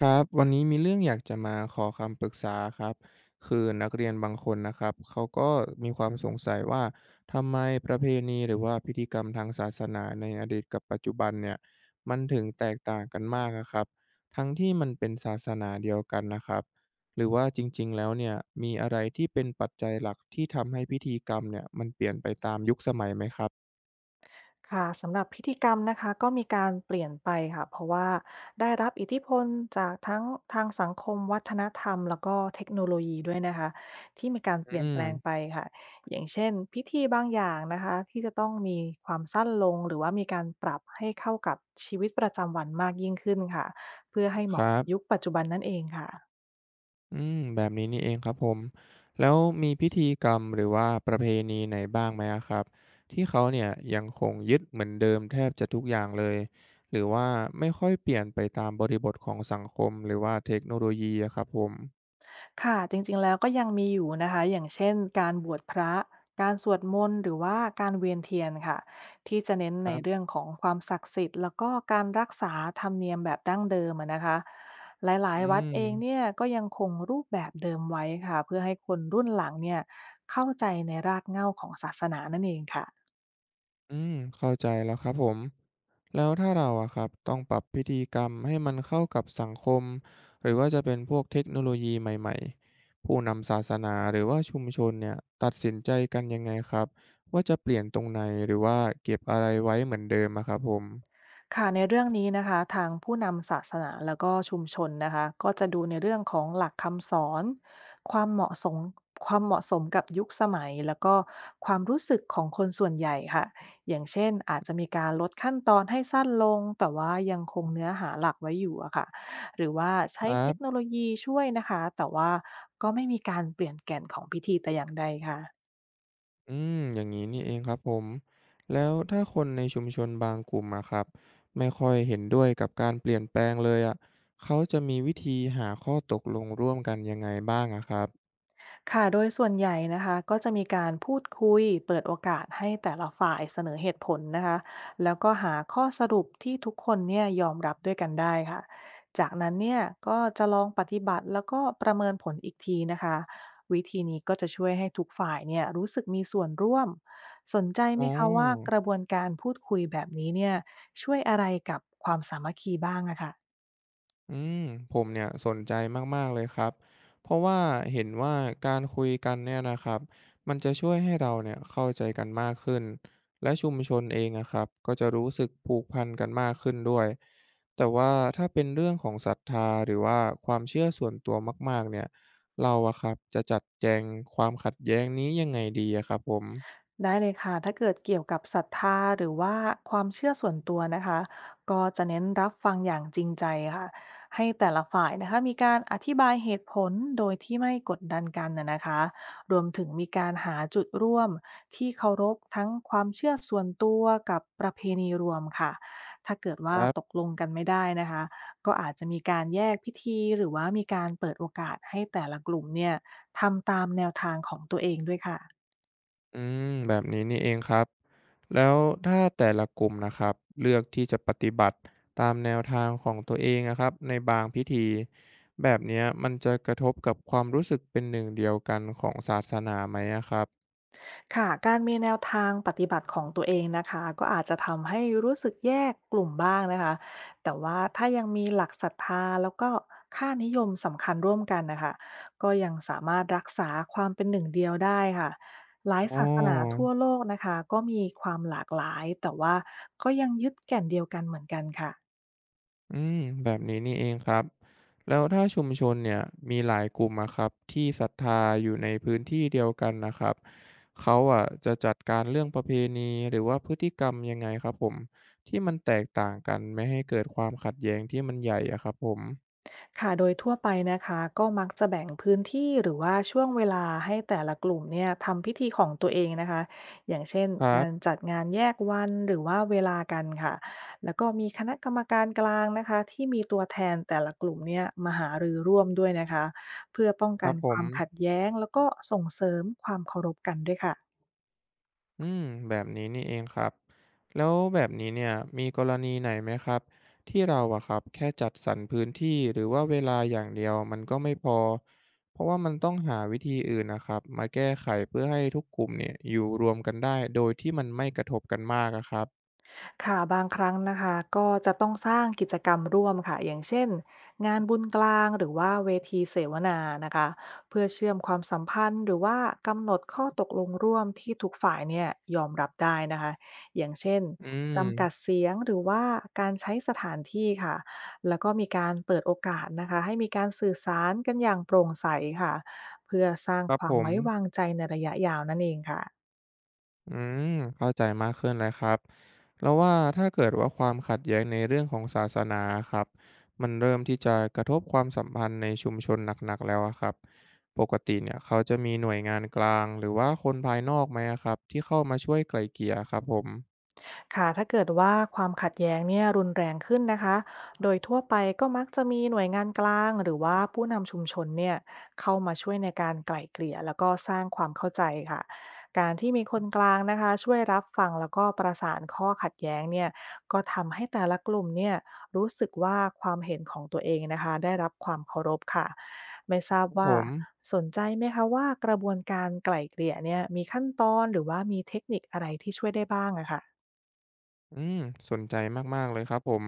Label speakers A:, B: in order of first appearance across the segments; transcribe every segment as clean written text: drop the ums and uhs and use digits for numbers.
A: ครับวันนี้มีเรื่องอยากจะมาขอคำปรึกษาครับคือนักเรียนบางคนนะครับเขาก็มีความสงสัยว่าทำไมประเพณีหรือว่าพิธีกรรมทางศาสนาในอดีตกับปัจจุบันเนี่ยมันถึงแตกต่างกันมากอะครับทั้งที่มันเป็นศาสนาเดียวกันนะครับหรือว่าจริงๆแล้วเนี่ยมีอะไรที่เป็นปัจจัยหลักที่ทำให้พิธีกรรมเนี่ยมันเปลี่ยนไปตามยุคสมัยไหมครับ
B: ค่ะสำหรับพิธีกรรมนะคะก็มีการเปลี่ยนไปค่ะเพราะว่าได้รับอิทธิพลจากทั้งทางสังคมวัฒนธรรมแล้วก็เทคโนโลยีด้วยนะคะที่มีการ
A: อื
B: เปลี่ยนแป
A: ม
B: ลงไปค่ะอย่างเช่นพิธีบางอย่างนะคะที่จะต้องมีความสั้นลงหรือว่ามีการปรับให้เข้ากับชีวิตประจำวันมากยิ่งขึ้นค่ะเพื่อให้เห
A: ค
B: มาะ
A: รั
B: กับ
A: บ
B: ยุคปัจจุบันนั่นเองค่ะ
A: อืมแบบนี้นี่เองครับผมแล้วมีพิธีกรรมหรือว่าประเพณีไหนบ้างไหมอะครับที่เขาเนี่ยยังคงยึดเหมือนเดิมแทบจะทุกอย่างเลยหรือว่าไม่ค่อยเปลี่ยนไปตามบริบทของสังคมหรือว่าเทคโนโลยีอะครับผม
B: ค่ะจริงๆแล้วก็ยังมีอยู่นะคะอย่างเช่นการบวชพระการสวดมนต์หรือว่าการเวียนเทียนค่ะที่จะเน้น
A: ค
B: ใน
A: รั
B: เรื่
A: บ
B: องของความศักดิ์สิทธิ์แล้วก็การรักษาธรรมเนียมแบบดั้งเดิมอะนะคะหลา
A: อื
B: ยๆวัดเองเนี่
A: ม
B: ยก็ยังคงรูปแบบเดิมไว้ค่ะเพื่อให้คนรุ่นหลังเนี่ยเข้าใจ
A: อืมเข้าใจแล้วครับผม แล้วถ้าเราอะครับต้องปรับพิธีกรรมให้มันเข้ากับสังคมหรือว่าจะเป็นพวกเทคโนโลยีใหม่ๆผู้นำศาสนาหรือว่าชุมชนเนี่ยตัดสินใจกันยังไงครับว่าจะเปลี่ยนตรงไหนหรือว่าเก็บอะไรไว้เหมือนเดิมอะครับผม
B: ค่ะในเรื่องนี้นะคะทางผู้นำศาสนาแล้วก็ชุมชนนะคะก็จะดูในเรื่องของหลักคำสอนความเหมาะสมความเหมาะสมกับยุคสมัยแล้วก็ความรู้สึกของคนส่วนใหญ่ค่ะอย่างเช่นอาจจะมีการลดขั้นตอนให้สั้นลงแต่ว่ายังคงเนื้อหาหลักไว้อยู่อะค่ะหรือว่าใช้
A: ครั
B: เทคโน
A: บ
B: โลยีช่วยนะคะแต่ว่าก็ไม่มีการเปลี่ยนแก่นของพิธีแต่อย่างใดค่ะ
A: อืมอย่างนี้นี่เองครับผมแล้วถ้าคนในชุมชนบางกลุ่มอะครับไม่ค่อยเห็นด้วยกับการเปลี่ยนแปลงเลยอะเขาจะมีวิธีหาข้อตกลงร่วมกันยังไงบ้างอะครับ
B: ค่ะโดยส่วนใหญ่นะคะก็จะมีการพูดคุยเปิดโอกาสให้แต่ละฝ่ายเสนอเหตุผลนะคะแล้วก็หาข้อสรุปที่ทุกคนเนี่ยยอมรับด้วยกันได้ค่ะจากนั้นเนี่ยก็จะลองปฏิบัติแล้วก็ประเมินผลอีกทีนะคะวิธีนี้ก็จะช่วยให้ทุกฝ่ายเนี่ยรู้สึกมีส่วนร่วมสนใจไหม
A: อ๋อ
B: คะว่ากระบวนการพูดคุยแบบนี้เนี่ยช่วยอะไรกับความสามัคคีบ้างอะค่ะ
A: อืมผมเนี่ยสนใจมากๆเลยครับ เพราะว่าเห็นว่าการคุยกันเนี่ยนะครับ มันจะช่วยให้เราเนี่ยเข้าใจกันมากขึ้น และชุมชนเองอะครับก็จะรู้สึกผูกพันกันมากขึ้นด้วยแต่ว่าถ้าเป็นเรื่องของศรัทธาหรือว่าความเชื่อส่วนตัวมากๆเนี่ยเราอะครับจะจัดแจงความขัดแย้งนี้ยังไงดีอะครับผม
B: ได้เลยค่ะถ้าเกิดเกี่ยวกับศรัทธาหรือว่าความเชื่อส่วนตัวนะคะก็จะเน้นรับฟังอย่างจริงใจค่ะให้แต่ละฝ่ายนะคะมีการอธิบายเหตุผลโดยที่ไม่กดดันกันนะคะรวมถึงมีการหาจุดร่วมที่เคารพทั้งความเชื่อส่วนตัวกับประเพณีรวมค่ะถ้าเกิด
A: ค
B: ว่า
A: รั
B: ต
A: บ
B: กลงกันไม่ได้นะคะก็อาจจะมีการแยกพิธีหรือว่ามีการเปิดโอกาสให้แต่ละกลุ่มเนี่ยทำตามแนวทางของตัวเองด้วยค่ะ
A: อืมแบบนี้นี่เองครับแล้วถ้าแต่ละกลุ่มนะครับเลือกที่จะปฏิบัติตามแนวทางของตัวเองนะครับในบางพิธีแบบเนี้ยมันจะกระทบกับความรู้สึกเป็นหนึ่งเดียวกันของศาสนาไหมอะครับ
B: ค่ะการมีแนวทางปฏิบัติของตัวเองนะคะก็อาจจะทำให้รู้สึกแยกกลุ่มบ้างนะคะแต่ว่าถ้ายังมีหลักศรัทธาแล้วก็ค่านิยมสำคัญร่วมกันนะคะก็ยังสามารถรักษาความเป็นหนึ่งเดียวได้ค่ะหลาย
A: อ๋อ
B: ศาสนาทั่วโลกนะคะก็มีความหลากหลายแต่ว่าก็ยังยึดแก่นเดียวกันเหมือนกันค่ะ
A: อืมแบบนี้นี่เองครับแล้วถ้าชุมชนเนี่ยมีหลายกลุ่มอะครับที่ศรัทธาอยู่ในพื้นที่เดียวกันนะครับเขาอะจะจัดการเรื่องประเพณีหรือว่าพฤติกรรมยังไงครับผมที่มันแตกต่างกันไม่ให้เกิดความขัดแย้งที่มันใหญ่อะครับผม
B: ค่ะ โดยทั่วไปนะคะก็มักจะแบ่งพื้นที่หรือว่าช่วงเวลาให้แต่ละกลุ่มเนี่ยทำพิธีของตัวเองนะคะอย่างเช่น
A: ครั
B: การ
A: บ
B: จัดงานแยกวันหรือว่าเวลากันค่ะแล้วก็มีคณะกรรมการกลางนะคะที่มีตัวแทนแต่ละกลุ่มเนี่ยมาหารือร่วมด้วยนะคะเพื่อป้อง
A: ค
B: กั
A: รับ
B: น
A: ผ
B: ค
A: ม
B: วามขัดแย้งแล้วก็ส่งเสริมความเคารพกันด้วยค่ะ
A: อืมแบบนี้นี่เองครับแล้วแบบนี้เนี่ยมีกรณีไหนไหมครับที่เราอะครับแค่จัดสรรพื้นที่หรือว่าเวลาอย่างเดียวมันก็ไม่พอเพราะว่ามันต้องหาวิธีอื่นนะครับมาแก้ไขเพื่อให้ทุกกลุ่มเนี่ยอยู่รวมกันได้โดยที่มันไม่กระทบกันมากอะครับ
B: ค่ะบางครั้งนะคะก็จะต้องสร้างกิจกรรมร่วมค่ะอย่างเช่นงานบุญกลางหรือว่าเวทีเสวนานะคะเพื่อเชื่อมความสัมพันธ์หรือว่ากำหนดข้อตกลงร่วมที่ทุกฝ่ายเนี่ยยอมรับได้นะคะอย่างเช่น
A: อืม
B: จำกัดเสียงหรือว่าการใช้สถานที่ค่ะแล้วก็มีการเปิดโอกาสนะคะให้มีการสื่อสารกันอย่างโปร่งใสค่ะเพื่อสร้าง
A: ครับ
B: ควา
A: ผ
B: ม
A: ม
B: ไว้วางใจในระยะยาวนั่นเองค่ะ
A: อืมเข้าใจมากขึ้นเลยครับแล้วว่าถ้าเกิดว่าความขัดแย้งในเรื่องของศาสนาครับมันเริ่มที่จะกระทบความสัมพันธ์ในชุมชนหนักๆแล้วอะครับปกติเนี่ยเขาจะมีหน่วยงานกลางหรือว่าคนภายนอกไหมอะครับที่เข้ามาช่วยไกล่เกลี่ยครับผม
B: ค่ะถ้าเกิดว่าความขัดแย้งเนี่ยรุนแรงขึ้นนะคะ โดยทั่วไปก็มักจะมีหน่วยงานกลางหรือว่าผู้นำชุมชนเนี่ยเข้ามาช่วยในการไกล่เกลี่ยแล้วก็สร้างความเข้าใจค่ะ การที่มีคนกลางนะคะช่วยรับฟังแล้วก็ประสานข้อขัดแย้งเนี่ยก็ทำให้แต่ละกลุ่มเนี่ยรู้สึกว่าความเห็นของตัวเองนะคะได้รับความเคารพค่ะ ไม่ทราบ
A: ผ
B: ว่า
A: ม
B: สนใจไหมคะว่ากระบวนการไกล่เกลี่ยเนี่ยมีขั้นตอนหรือว่ามีเทคนิคอะไรที่ช่วยได้บ้างอะคะ
A: อืมสนใจมากๆเลยครับผม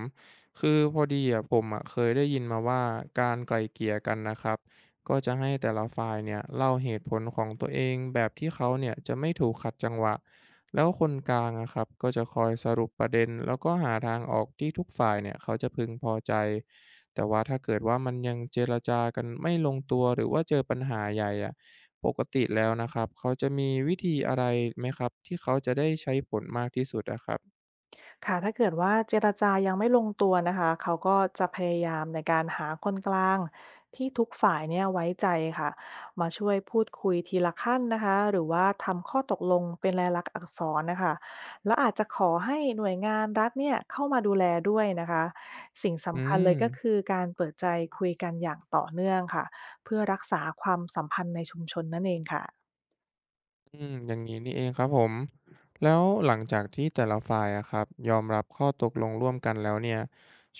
A: คือพอดีอะผมอะเคยได้ยินมาว่าการไกล่เกลี่ยกันนะครับก็จะให้แต่ละฝ่ายเนี่ยเล่าเหตุผลของตัวเองแบบที่เขาเนี่ยจะไม่ถูกขัดจังหวะแล้วคนกลางอะครับก็จะคอยสรุปประเด็นแล้วก็หาทางออกที่ทุกฝ่ายเนี่ยเขาจะพึงพอใจแต่ว่าถ้าเกิดว่ามันยังเจรจากันไม่ลงตัวหรือว่าเจอปัญหาใหญ่อะปกติแล้วนะครับเขาจะมีวิธีอะไรไหมครับที่เขาจะได้ใช้ผลมากที่สุดอะครับ
B: ค่ะถ้าเกิดว่าเจรจายังไม่ลงตัวนะคะ เขาก็จะพยายามในการหาคนกลางที่ทุกฝ่ายเนี่ยไว้ใจค่ะ มาช่วยพูดคุยทีละขั้นนะคะ หรือว่าทำข้อตกลงเป็นลายลักษณ์อักษรนะคะ แล้วอาจจะขอให้หน่วยงานรัฐเนี่ยเข้ามาดูแลด้วยนะคะ สิ่ง
A: อื
B: สำคัญเล
A: ม
B: ยก็คือการเปิดใจคุยกันอย่างต่อเนื่องค่ะ เพื่อรักษาความสัมพันธ์ในชุมชนนั่นเองค่ะ
A: อืม อย่างนี้นี่เองครับผม แล้วหลังจากที่แต่ละฝ่ายอะครับยอมรับข้อตกลงร่วมกันแล้วเนี่ย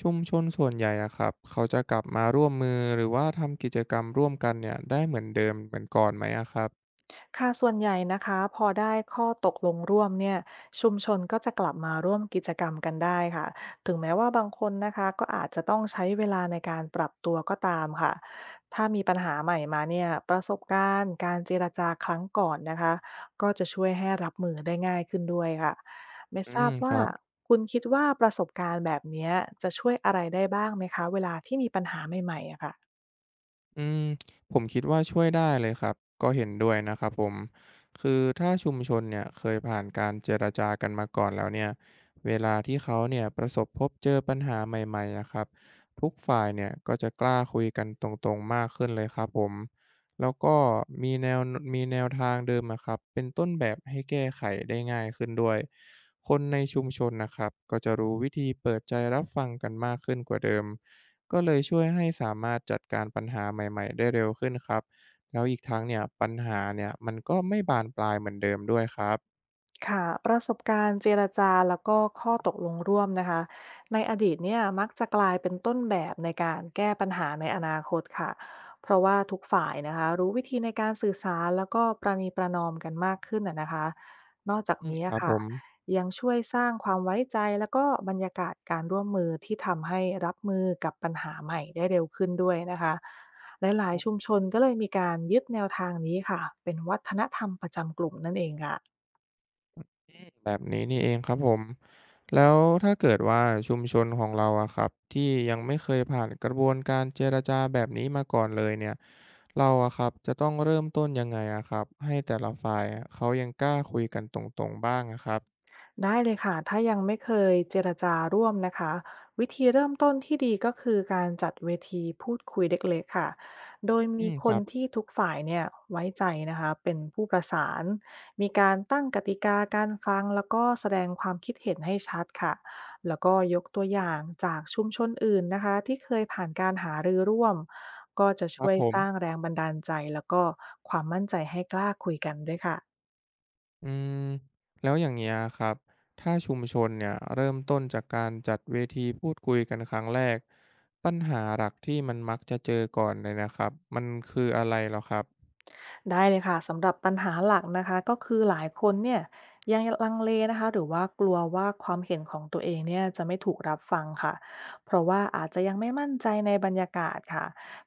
A: ชุมชนส่วนใหญ่อะครับเขาจะกลับมาร่วมมือหรือว่าทำกิจกรรมร่วมกันเนี่ยได้เหมือนเดิมเหมือนก่อนไหมอะครับ
B: ค่ะส่วนใหญ่นะคะพอได้ข้อตกลงร่วมเนี่ยชุมชนก็จะกลับมาร่วมกิจกรรมกันได้ค่ะถึงแม้ว่าบางคนนะคะก็อาจจะต้องใช้เวลาในการปรับตัวก็ตามค่ะถ้ามีปัญหาใหม่มาเนี่ยประสบการณ์การเจรจาครั้งก่อนนะคะก็จะช่วยให้รับมือได้ง่ายขึ้นด้วยค่ะไม่
A: อื
B: ท
A: ม
B: ราบ
A: ค
B: ว่า
A: รับ
B: คุณคิดว่าประสบการณ์แบบเนี้ยจะช่วยอะไรได้บ้างไหมคะเวลาที่มีปัญหาใหม่ๆอะค่ะ
A: อืมผมคิดว่าช่วยได้เลยครับก็เห็นด้วยนะครับผมคือถ้าชุมชนเนี่ยเคยผ่านการเจรจากันมาก่อนแล้วเนี่ยเวลาที่เขาเนี่ยประสบพบเจอปัญหาใหม่ๆนะครับทุกฝ่ายเนี่ยก็จะกล้าคุยกันตรงๆมากขึ้นเลยครับผมแล้วก็มีแนวมีแนวทางเดิมนะครับเป็นต้นแบบให้แก้ไขได้ง่ายขึ้นด้วยคนในชุมชนนะครับก็จะรู้วิธีเปิดใจรับฟังกันมากขึ้นกว่าเดิม ก็เลยช่วยให้สามารถจัดการปัญหาใหม่ๆได้เร็วขึ้นครับแล้วอีกทั้งเนี่ยปัญหาเนี่ยมันก็ไม่บานปลายเหมือนเดิมด้วยครับ
B: ค่ะประสบการณ์เจรจาแล้วก็ข้อตกลงร่วมนะคะในอดีตเนี่ยมักจะกลายเป็นต้นแบบในการแก้ปัญหาในอนาคตค่ะเพราะว่าทุกฝ่ายนะคะรู้วิธีในการสื่อสารแล้วก็ประนีประนอมกันมากขึ้นนะคะนอกจาก
A: อืม
B: นี้
A: ค
B: อะ
A: รับผ
B: ค่ะ
A: ม
B: ยังช่วยสร้างความไว้ใจแล้วก็บรรยากาศการร่วมมือที่ทำให้รับมือกับปัญหาใหม่ได้เร็วขึ้นด้วยนะคะหลาย
A: อื
B: ๆชุมชนก็เลยมีการยึดแนวทางนี้ค่ะเป็นวัฒนธรรมประจำกลุ่มนั่นเองค่ะ
A: มแบบนี้นี่เองครับผมแล้วถ้าเกิดว่าชุมชนของเราอะครับที่ยังไม่เคยผ่านกระบวนการเจรจาแบบนี้มาก่อนเลยเนี่ยเราอะครับจะต้องเริ่มต้นยังไงอะครับให้แต่ละฝ่ายอะเขายังกล้าคุยกันตรงๆบ้างอะครับ
B: ได้เลยค่ะถ้ายังไม่เคยเจรจาร่วมนะคะวิธีเริ่มต้นที่ดีก็คือการจัดเวทีพูดคุยเล็กๆค่ะโดย
A: อื
B: มี
A: ม
B: ค
A: ครั
B: น
A: บ
B: ที่ทุกฝ่ายเนี่ยไว้ใจนะคะเป็นผู้ประสานมีการตั้งกติกาการฟังแล้วก็แสดงความคิดเห็นให้ชัดค่ะแล้วก็ยกตัวอย่างจากชุมชนอื่นนะคะที่เคยผ่านการหารือร่วมก็จะ
A: ครั
B: ช่
A: บ
B: วย
A: ผม
B: สร้างแรงบันดาลใจแล้วก็ความมั่นใจให้กล้าคุยกันด้วยค่ะ
A: อืมแล้วอย่างเงี้ยครับถ้าชุมชนเนี่ยเริ่มต้นจากการจัดเวทีพูดคุยกันครั้งแรกปัญหาหลักที่มันมักจะเจอก่อนเลยนะครับมันคืออะไรเหรอครับ
B: ได้เลยค่ะสำหรับปัญหาหลักนะคะก็คือหลายคนเนี่ยยังลังเลนะคะหรือว่ากลัวว่าความเห็นของตัวเองเนี่ยจะไม่ถูกรับฟังค่ะเพราะว่าอาจจะยังไม่มั่นใจในบรรยากาศค่ะ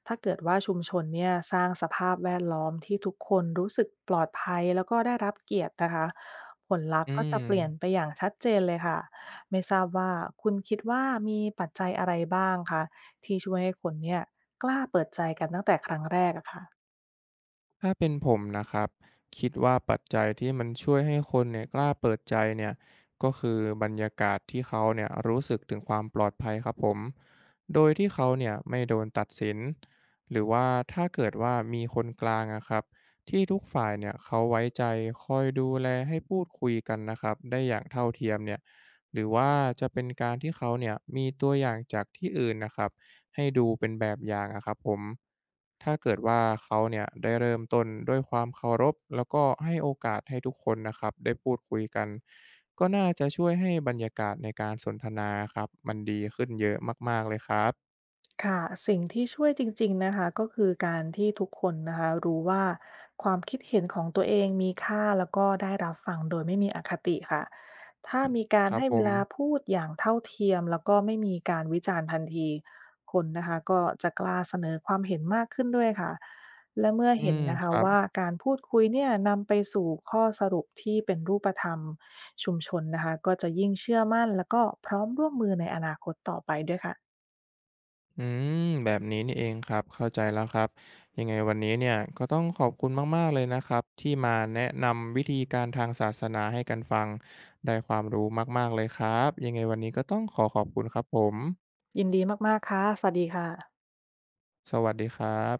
B: ถ้าเกิดว่าชุมชนเนี่ยสร้างสภาพแวดล้อมที่ทุกคนรู้สึกปลอดภัยแล้วก็ได้รับเกียรตินะคะผลลัพ
A: อื
B: ธ์ก็จะเปลี่ยน
A: ม
B: ไปอย่างชัดเจนเลยค่ะไม่ทราบว่าคุณคิดว่ามีปัจจัยอะไรบ้างคะที่ช่วยให้คนเนี่ยกล้าเปิดใจกันตั้งแต่ครั้งแรกอะค่ะ
A: ถ้าเป็นผมนะครับคิดว่าปัจจัยที่มันช่วยให้คนเนี่ยกล้าเปิดใจเนี่ยก็คือบรรยากาศที่เขาเนี่ยรู้สึกถึงความปลอดภัยครับผมโดยที่เขาเนี่ยไม่โดนตัดสินหรือว่าถ้าเกิดว่ามีคนกลางอะครับที่ทุกฝ่ายเนี่ยเขาไว้ใจคอยดูแลให้พูดคุยกันนะครับได้อย่างเท่าเทียมเนี่ยหรือว่าจะเป็นการที่เขาเนี่ยมีตัวอย่างจากที่อื่นนะครับ ให้ดูเป็นแบบอย่างอะครับผมถ้าเกิดว่าเขาเนี่ยได้เริ่มต้นด้วยความเคารพแล้วก็ให้โอกาสให้ทุกคนนะครับได้พูดคุยกันก็น่าจะช่วยให้บรรยากาศในการสนทนาครับมันดีขึ้นเยอะมากๆเลยครับ
B: ค่ะสิ่งที่ช่วยจริงๆนะคะก็คือการที่ทุกคนนะคะรู้ว่าความคิดเห็นของตัวเองมีค่าแล้วก็ได้รับฟังโดยไม่มีอคติค่ะถ้ามีกา
A: ค
B: ร
A: รับ
B: ให้
A: ผ
B: เว
A: ม
B: ลาพูดอย่างเท่าเทียมแล้วก็ไม่มีการวิจารณ์ทันทีคนนะคะก็จะกล้าเสนอความเห็นมากขึ้นด้วยค่ะและเมื่อ
A: อื
B: เห็น
A: ม
B: นะ
A: ค
B: คะ
A: รับ
B: ว่าการพูดคุยเนี่ยนำไปสู่ข้อสรุปที่เป็นรูปธรรมชุมชนนะคะก็จะยิ่งเชื่อมั่นแล้วก็พร้อมร่วมมือในอนาคตต่อไปด้วยค่ะ
A: อืมแบบนี้นี่เองครับเข้าใจแล้วครับยังไงวันนี้เนี่ยก็ต้องขอบคุณมากๆเลยนะครับที่มาแนะนำวิธีการทางศาสนาให้กันฟังได้ความรู้มากๆเลยครับยังไงวันนี้ก็ต้องขอขอบคุณครับผม
B: ยินดีมากๆค่ะ สวัสดีค่ะ
A: สวัสดีครับ